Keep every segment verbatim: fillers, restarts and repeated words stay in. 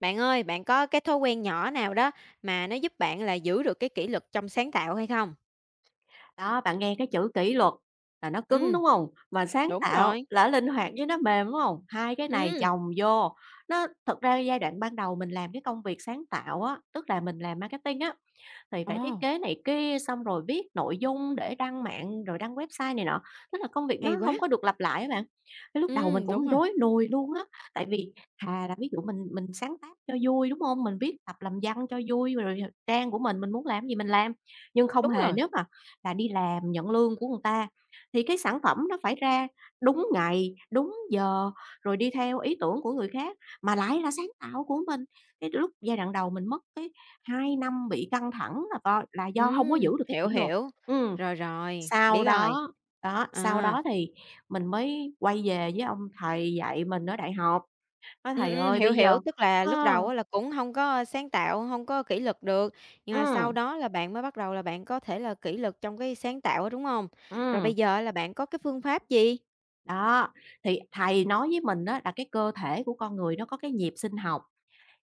Bạn ơi, bạn có cái thói quen nhỏ nào đó mà nó giúp bạn là giữ được cái kỷ luật trong sáng tạo hay không? Đó, bạn nghe cái chữ kỷ luật là nó cứng, Ừm, đúng không? Mà sáng đúng tạo rồi. là linh hoạt với nó mềm, đúng không? Hai cái này Ừm, chồng vô, nó thực ra giai đoạn ban đầu mình làm cái công việc sáng tạo á, tức là mình làm marketing á, thì ồ, phải thiết kế này kia, xong rồi viết nội dung để đăng mạng, rồi đăng website này nọ. Tức là công việc nó hay quá. không có được lặp lại á bạn. Cái lúc đầu mình Ừm, đúng cũng rồi, rối nùi luôn á, tại vì thà là ví dụ mình mình sáng tác cho vui, đúng không? Mình viết tập làm văn cho vui rồi trang của mình, mình muốn làm gì mình làm. Nhưng không đúng hề, rồi. nếu mà là đi làm, nhận lương của người ta thì cái sản phẩm nó phải ra đúng ngày, đúng giờ, rồi đi theo ý tưởng của người khác, mà lại là sáng tạo của mình. Cái lúc giai đoạn đầu mình mất cái hai năm bị căng thẳng là do là do hông có giữ Ừm, được cái hiểu, kỷ luật. hiểu. Ừm, Rồi, rồi, sau biết rồi. đó đó, sau À, đó thì mình mới quay về với ông thầy dạy mình ở đại học, nói: ừm, "Thầy ừm, ơi, hiểu, bây hiểu, giờ" tức là ờ, lúc đầu á là cũng không có sáng tạo, không có kỷ luật được, nhưng mà sau ừm, đó là bạn mới bắt đầu là bạn có thể là kỷ luật trong cái sáng tạo á, đúng không? Rồi ừm, bây giờ là bạn có cái phương pháp gì? đó, thì thầy nói với mình á là cái cơ thể của con người nó có cái nhịp sinh học,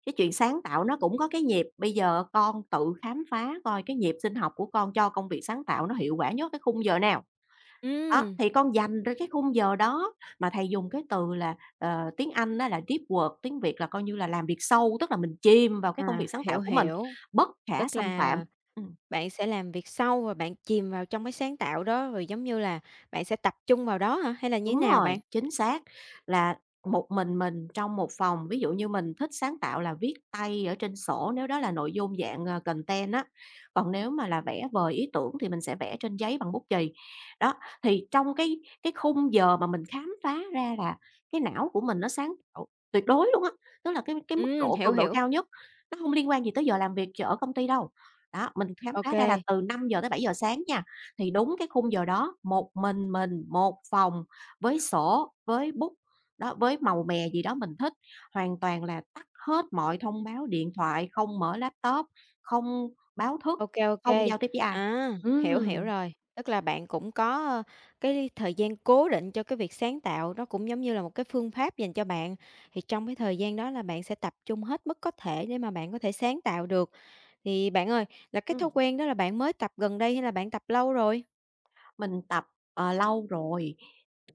cái chuyện sáng tạo nó cũng có cái nhịp, bây giờ con tự khám phá coi cái nhịp sinh học của con cho công việc sáng tạo nó hiệu quả nhất cái khung giờ nào. Đó, Ừm. thì con dành ra cái khung giờ đó, mà thầy dùng cái từ là, ờ, tiếng Anh á là deep work, tiếng Việt là coi như là làm việc sâu, tức là mình chìm vào cái công việc À, sáng tạo hiểu, của mình, hiểu, bất khả tức xâm phạm. là Ừm. bạn sẽ làm việc sâu và bạn chìm vào trong cái sáng tạo đó, rồi, giống như là, bạn sẽ tập trung vào đó hả? Hay là như thế Đúng nào bạn? rồi, chính xác, là một mình mình trong một phòng. Ví dụ như mình thích sáng tạo là viết tay ở trên sổ nếu đó là nội dung dạng, ờ, content á, còn nếu mà là vẽ vời ý tưởng thì mình sẽ vẽ trên giấy bằng bút chì. Đó, thì trong cái cái khung giờ mà mình khám phá ra là cái não của mình nó sáng tạo tuyệt đối luôn á, tức là cái cái mức Ừm, độ hiểu, cường độ hiểu. cao nhất, nó không liên quan gì tới giờ làm việc ở công ty đâu. Đó, mình khám phá ra là Ok, từ năm giờ tới bảy giờ sáng nha, thì đúng cái khung giờ đó, một mình mình, một phòng với sổ, với bút, đó, với màu mè gì đó mình thích, hoàn toàn là tắt hết mọi thông báo điện thoại, không mở laptop, không báo thức, ok, không ok. giao tiếp với ai. À, hiểu, hiểu Ừm, rồi. Tức là bạn cũng có, ơ, cái thời gian cố định cho cái việc sáng tạo, nó cũng giống như là một cái phương pháp dành cho bạn, thì trong cái thời gian đó là bạn sẽ tập trung hết mức có thể để mà bạn có thể sáng tạo được. Thì bạn ơi, là cái thói ừm, quen đó là bạn mới tập gần đây hay là bạn tập lâu rồi? mình tập, ờ, lâu rồi,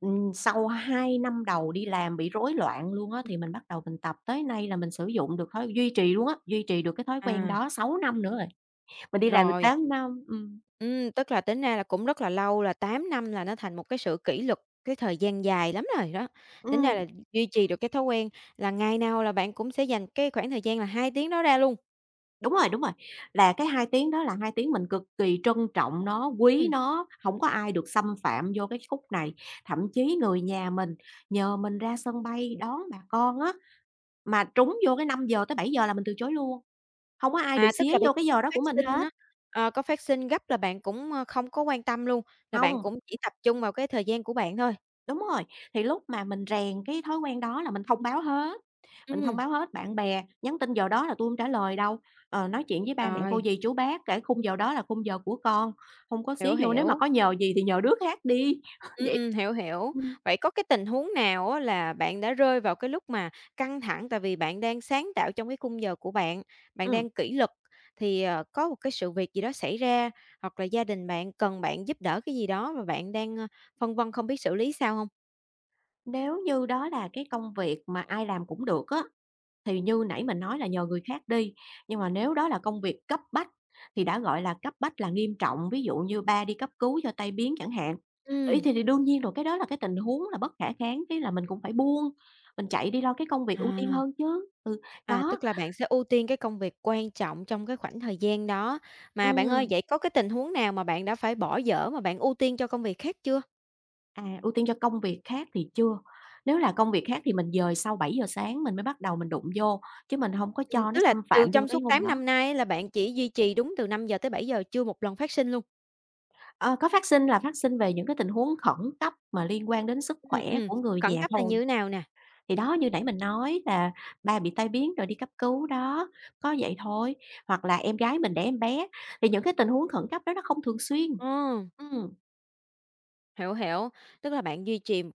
ừm, sau hai năm đầu đi làm bị rối loạn luôn á, thì mình bắt đầu mình tập, tới nay là mình sử dụng được thói duy trì luôn á, duy trì được cái thói quen À. đó sáu năm nữa rồi, mình đi làm được Rồi. tám năm, ừm, Ừm, tức là tính ra là cũng rất là lâu, là tám năm là nó thành một cái sự kỷ luật, cái thời gian dài lắm rồi đó. Tính ra ừm. là duy trì được cái thói quen là ngày nào là bạn cũng sẽ dành cái khoảng thời gian là hai tiếng đó ra luôn. Đúng rồi, đúng rồi, là cái hai tiếng đó là hai tiếng mình cực kỳ trân trọng nó, quý Ừm, nó, hổng có ai được xâm phạm vô cái khúc này. Thậm chí người nhà mình nhờ mình ra sân bay đón bà con á, mà trúng vô cái năm giờ tới bảy giờ là mình từ chối luôn, hông có ai được à, tức xía là bây vô cái giờ giờ có đó của phát mình sinh hết, á, ờ, có phát sinh gấp là bạn cũng, ơ, không có quan tâm luôn, là bạn hông. cũng chỉ tập trung vào cái thời gian của bạn thôi. Đúng rồi, thì lúc mà mình rèn cái thói quen đó là mình thông báo hết, mình thông Ừm, báo hết, bạn bè nhắn tin giờ đó là tôi không trả lời đâu, ờ, nói chuyện với ba mẹ, cô rồi, dì, chú bác kể khung giờ đó là khung giờ của con, không có xía hiểu, vô, nếu mà hiểu. có nhờ gì thì nhờ đứa khác đi, Ừm, vậy ừm, hiểu, hiểu. ừ Vậy có cái tình huống nào á là bạn đã rơi vào cái lúc mà căng thẳng tại vì bạn đang sáng tạo trong cái khung giờ của bạn, bạn ừm. đang kỷ luật thì, ờ, có một cái sự việc gì đó xảy ra, hoặc là gia đình bạn cần bạn giúp đỡ cái gì đó và bạn đang, ơ, phân vân không biết xử lý sao không? Nếu như đó là cái công việc mà ai làm cũng được á, thì như nãy mình nói là nhờ người khác đi, nhưng mà nếu đó là công việc cấp bách thì đã gọi là cấp bách là nghiêm trọng, ví dụ như ba đi cấp cứu cho tai biến chẳng hạn. Ý Ừ. thì thì đương nhiên rồi, cái đó là cái tình huống là bất khả kháng, cái là mình cũng phải buông, mình chạy đi lo cái công việc ưu tiên À, hơn chứ. Ừ, à, có. tức là bạn sẽ ưu tiên cái công việc quan trọng trong cái khoảng thời gian đó. Mà bạn ơi, ừm, vậy có cái tình huống nào mà bạn đã phải bỏ dở mà bạn ưu tiên cho công việc khác chưa? À, ưu tiên cho công việc khác thì chưa. Nếu là công việc khác thì mình dời sau bảy giờ sáng mình mới bắt đầu mình đụng vô, chứ mình không có cho Ừm, nó tức là xâm phạm từ vô trong cái suốt hôm tám đó. năm nay là bạn chỉ duy trì đúng từ năm giờ tới bảy giờ chưa một lần phát sinh luôn? Ờ, có phát sinh là phát sinh về những cái tình huống khẩn cấp mà liên quan đến sức Ừm, khỏe ừm, của người khẩn nhà cấp là thôi. như thế nào nè? Thì đó, như nãy mình nói là ba bị tai biến rồi đi cấp cứu đó, có vậy thôi. Hoặc là em gái mình đẻ em bé, thì những cái tình huống khẩn cấp đó nó không thường xuyên. Ờ, Ừm, hiểu, hiểu, tức là bạn duy trì một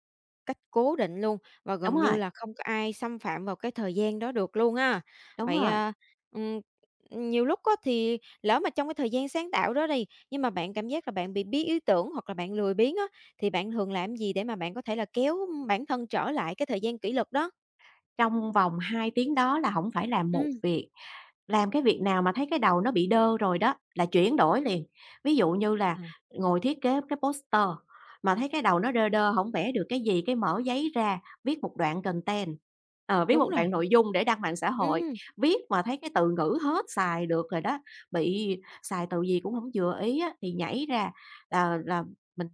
cách cố định luôn và đúng gần như rồi, là không có ai xâm phạm vào cái thời gian đó được luôn ha. đúng Vậy, rồi. à, ừm, nhiều lúc á thì lỡ mà trong cái thời gian sáng tạo đó đi, nhưng mà bạn cảm giác là bạn bị bí ý tưởng hoặc là bạn lười biếng á, thì bạn thường làm gì để mà bạn có thể là kéo bản thân trở lại cái thời gian kỷ luật đó? Trong vòng hai tiếng đó là không phải làm một Ừm, việc, làm cái việc nào mà thấy cái đầu nó bị đơ rồi đó, là chuyển đổi liền. Ví dụ như là à, ngồi thiết kế cái poster, mà thấy cái đầu nó đơ đơ, không vẽ được cái gì, cái mở giấy ra, viết một đoạn content, ờ, viết đúng một rồi, đoạn nội dung để đăng mạng xã hội. ừm. Viết mà thấy cái từ ngữ hết xài được rồi đó, bị xài từ gì cũng không vừa ý á, thì nhảy ra là là mình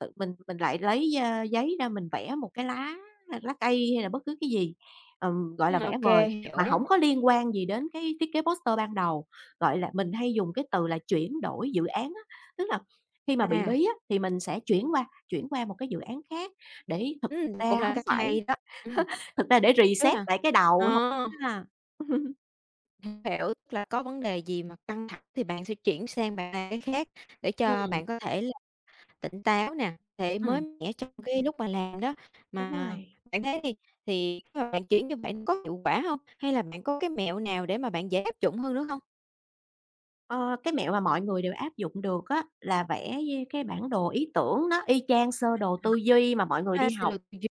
tự mình mình lại lấy, a, giấy ra mình vẽ một cái lá lá cây hay là bất cứ cái gì, ừm, gọi là, Ừm, ô vẽ vời, kê, mà hiểu. không có liên quan gì đến cái thiết kế poster ban đầu. Gọi là, mình hay dùng cái từ là chuyển đổi dự án á, tức là khi mà bị À, bí á thì mình sẽ chuyển qua chuyển qua một cái dự án khác để thực ừm, cũng ra là không cách phải hay đó. Ừm, thực ra để tức reset là lại cái ờ, đầu thôi ha. hiểu, tức là có vấn đề gì mà căng thẳng thì bạn sẽ chuyển sang bạn cái khác để cho Ừm, bạn có thể là tỉnh táo nè, thể mới ừm, mẻ trong cái lúc mà làm đó. đúng Mà rồi. bạn thấy đi, thì khi mà bạn chuyển như vậy có hiệu quả hông? Hay là bạn có cái mẹo nào để mà bạn dễ áp dụng hơn nữa hông? Ờ, cái mẹo mà mọi người đều áp dụng được á, là vẽ như cái bản đồ ý tưởng nó y chang sơ đồ tư duy mà mọi người À, đi sự học. lược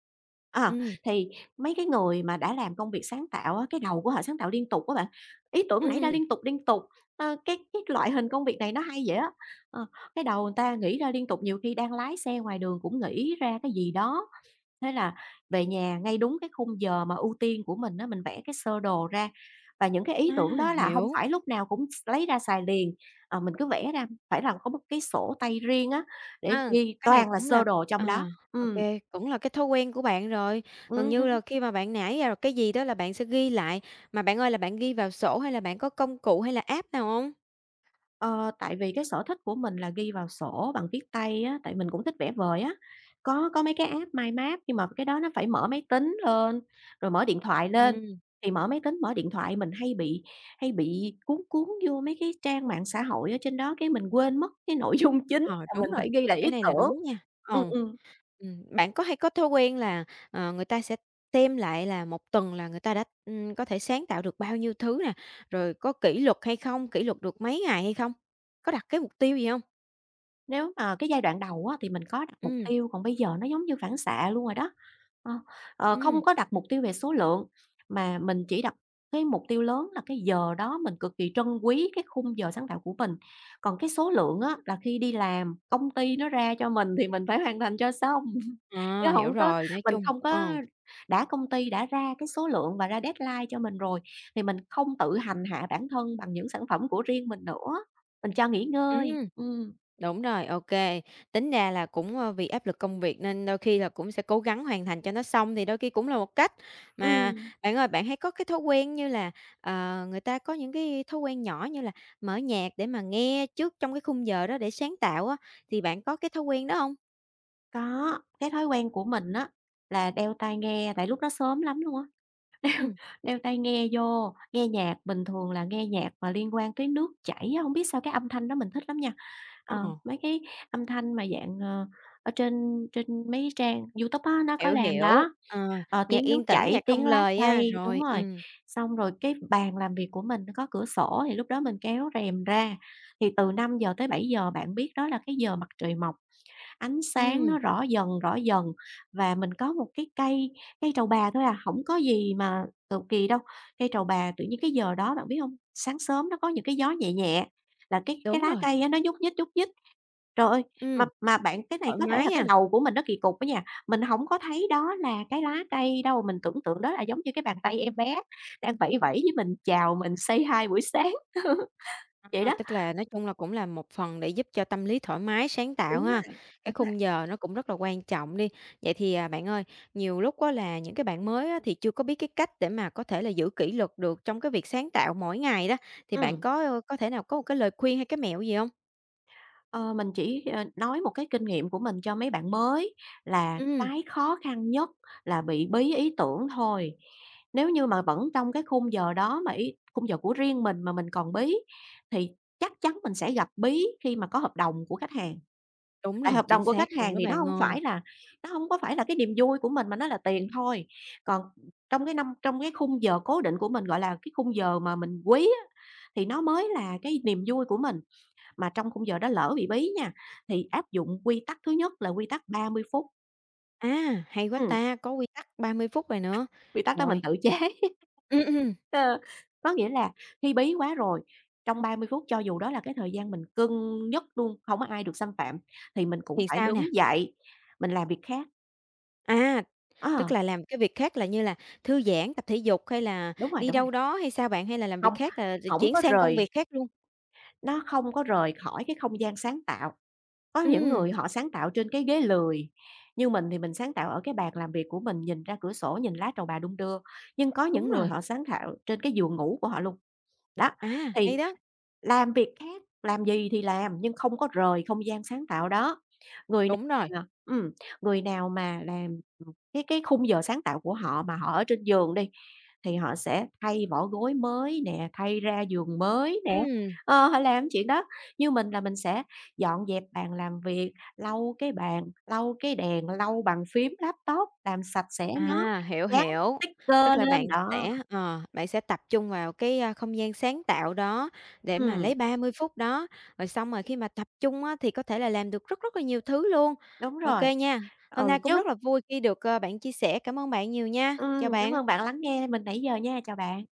à ừm, thì mấy cái người mà đã làm công việc sáng tạo á, cái đầu của họ sáng tạo liên tục á bạn, ý tưởng nảy ra ừm, liên tục, liên tục, ơ, cái cái loại hình công việc này nó hay vậy á. Ờ, cái đầu người ta nghĩ ra liên tục, nhiều khi đang lái xe ngoài đường cũng nghĩ ra cái gì đó. Thế là về nhà ngay đúng cái khung giờ mà ưu tiên của mình á, mình vẽ cái sơ đồ ra và những cái ý à, tưởng đó là không hiểu. phải lúc nào cũng x lấy ra xài liền, ờ, mình cứ vẽ ra, phải là có một cái sổ tay riêng á, để À, ghi cái này toàn là cũng sơ là đồ trong đó. à, ô Ừm, cũng là cái thói quen của bạn rồi. Gần ừm, như ừm. là khi mà bạn nảy ra rồi cái gì đó là bạn sẽ ghi lại. Mà bạn ơi, là bạn ghi vào sổ hay là bạn có công cụ hay là app nào không? Ờ, tại vì cái sở thích của mình là ghi vào sổ bằng viết tay á, tại mình cũng thích vẽ vời á. Có có mấy cái app mind map nhưng mà cái đó nó phải mở máy tính lên, rồi mở điện thoại lên, Ừm, thì mở máy tính, mở điện thoại mình hay bị hay bị cuốn cuốn vô mấy cái trang mạng xã hội ở trên đó, cái mình quên mất cái nội dung chính ờ, là mình đúng rồi, phải ghi lại ý cái này là tưởng. đúng nha. Ừm, Ồ, ừm, ừm, bạn có hay có thói quen là, ờ, người ta sẽ xem lại là một tuần là người ta đã, ừm, có thể sáng tạo được bao nhiêu thứ nè, rồi có kỷ luật hay không, kỷ luật được mấy ngày hay không? Có đặt cái mục tiêu gì không? nếu mà cái giai đoạn đầu á, thì mình có đặt mục Ừ. tiêu, còn bây giờ nó giống như phản xạ luôn rồi đó. Ờ, ờ, không Ừm, có đặt mục tiêu về số lượng, mà mình chỉ đặt cái mục tiêu lớn là cái giờ đó mình cực kỳ trân quý cái khung giờ sáng tạo của mình. Còn cái số lượng á, là khi đi làm, công ty nó ra cho mình thì mình phải hoàn thành cho xong, chứ à, hiểu không có rồi, nói mình chung không ờ, có đã công ty đã ra cái số lượng và ra deadline cho mình rồi, thì mình không tự hành hạ bản thân bằng những sản phẩm của riêng mình nữa, mình cho nghỉ ừm. ngơi. Ừm, Đúng rồi, ok. Tính ra là cũng, ơ, vì áp lực công việc nên đôi khi là cũng sẽ cố gắng hoàn thành cho nó xong thì đôi khi cũng là một cách. Mà ừm, bạn ơi, bạn hãy có cái thói quen như là, ờ, người ta có những cái thói quen nhỏ như là mở nhạc để mà nghe trước trong cái khung giờ đó để sáng tạo á, thì bạn có cái thói quen đó không? có, cái thói quen của mình á, là đeo tai nghe tại lúc đó sớm lắm luôn á. Ừm. Đeo tai nghe vô, nghe nhạc, bình thường là nghe nhạc mà liên quan tới nước chảy á, hông biết sao cái âm thanh đó mình thích lắm nha. Ờ. Ờ, mấy cái âm thanh mà dạng, ờ, ở trên trên mấy trang YouTube á, nó có Hiểu, làm hiểu. đó, Ờ, ờ, nhạc tiếng nước yên tĩnh, chảy, nhạc không tiếng lá lời ha, cây đúng rồi, rồi. ừm, Xong rồi cái bàn làm việc của mình nó có cửa sổ thì lúc đó mình kéo rèm ra, thì từ năm giờ tới bảy giờ bạn biết đó là cái giờ mặt trời mọc. Ánh sáng nó ừm, rõ dần, rõ dần và mình có một cái cây cây trầu bà thôi à, không có gì mà cầu kỳ đâu. Cây trầu bà tự nhiên cái giờ đó bạn biết không sáng sớm nó có những cái gió nhẹ nhẹ, là cái cái đúng lá rồi, cây á nó nhúc nhích, nhúc nhích. Trời ơi, ừm, mà mà bạn cái này thoải có thể mái là cái ha. đầu của mình nó kỳ cục á nha, mình không có thấy đó là cái lá cây đâu, mình tưởng tượng đó là giống như cái bàn tay em bé đang vẫy vẫy với mình, chào mình, say hi buổi sáng. Vậy À, đó. tức là nói chung là cũng là một phần để giúp cho tâm lý thoải mái, sáng tạo Đúng rồi, ha. Cái đúng rồi. khung giờ nó cũng rất là quan trọng đi. Vậy thì, à, bạn ơi, nhiều lúc á là những cái bạn mới á thì chưa có biết cái cách để mà có thể là giữ kỷ luật được trong cái việc sáng tạo mỗi ngày đó, thì bạn ừ có, ơ, có thể nào có một cái lời khuyên hay cái mẹo gì không? Ờ, mình chỉ, ờ, nói một cái kinh nghiệm của mình cho mấy bạn mới là Ừm. cái khó khăn nhất là bị bí ý tưởng thôi. Nếu như mà vẫn trong cái khung giờ đó mà ý khung giờ của riêng mình mà mình còn bí thì chắc chắn mình sẽ gặp bí khi mà có hợp đồng của khách hàng. Đúng Tại rồi, hợp chính đồng của xác khách luôn hàng đó thì nó bạn không ơi. phải là nó không có phải là cái niềm vui của mình mà nó là tiền thôi. Còn trong cái năm trong cái khung giờ cố định của mình, gọi là, cái khung giờ mà mình quý á, thì nó mới là cái niềm vui của mình mà trong khung giờ đó lỡ bị bí nha, thì áp dụng quy tắc thứ nhất là quy tắc ba mươi phút. À, hay quá Ừm, ta, có quy tắc ba mươi phút rồi nữa. quy tắc đó mình Rồi, tự chế. ừm, ừm, Ờ, có nghĩa là khi bí quá rồi, trong ba mươi phút cho dù đó là cái thời gian mình cưng nhất luôn, hổng có ai được xâm phạm, thì mình cũng thì phải sao nè? đứng dậy, mình làm việc khác. À. Tức Ờ, là làm cái việc khác là như là thư giãn, tập thể dục hay là đúng rồi, đi đúng rồi, đâu đó hay sao bạn? Hay là làm không việc khác là d hổng chuyển có sang công rời việc khác luôn? nó không có rời khỏi cái không gian sáng tạo. Có những người Ừm, họ sáng tạo trên cái ghế lười, như mình thì mình sáng tạo ở cái bàn làm việc của mình, nhìn ra cửa sổ, nhìn lá trầu bà đung đưa, nhưng có những đúng người rồi, họ sáng tạo trên cái giường ngủ của họ luôn. Đó, à, thì hay đó, làm việc khác, làm gì thì làm nhưng không có rời không gian sáng tạo đó. Người nào đúng rồi, mà ừm, người nào mà làm, cái cái khung giờ sáng tạo của họ mà họ ở trên giường đi, thì họ sẽ thay vỏ gối mới nè, thay ra giường mới nè, ừm, ờ, họ làm chuyện đó. Như mình là mình sẽ dọn dẹp bàn làm việc, lau cái bàn, lau cái đèn, lau bàn phím laptop, làm sạch sẽ nó, à, hiểu, dán hiểu. Tức sticker là lên, bạn đó, sẽ, ờ, bạn sẽ tập trung vào cái, a, không gian sáng tạo đó để mà ừm, lấy ba mươi phút đó, rồi xong rồi khi mà tập trung á thì có thể là làm được rất rất là nhiều thứ luôn. đúng Ok rồi. nha, hôm nay Ừ, cũng chứ rất là vui khi được, ờ, bạn chia sẻ, cảm ơn bạn nhiều nha, ừm, chào cảm ơn bạn. bạn lắng nghe mình nãy giờ nha, chào bạn.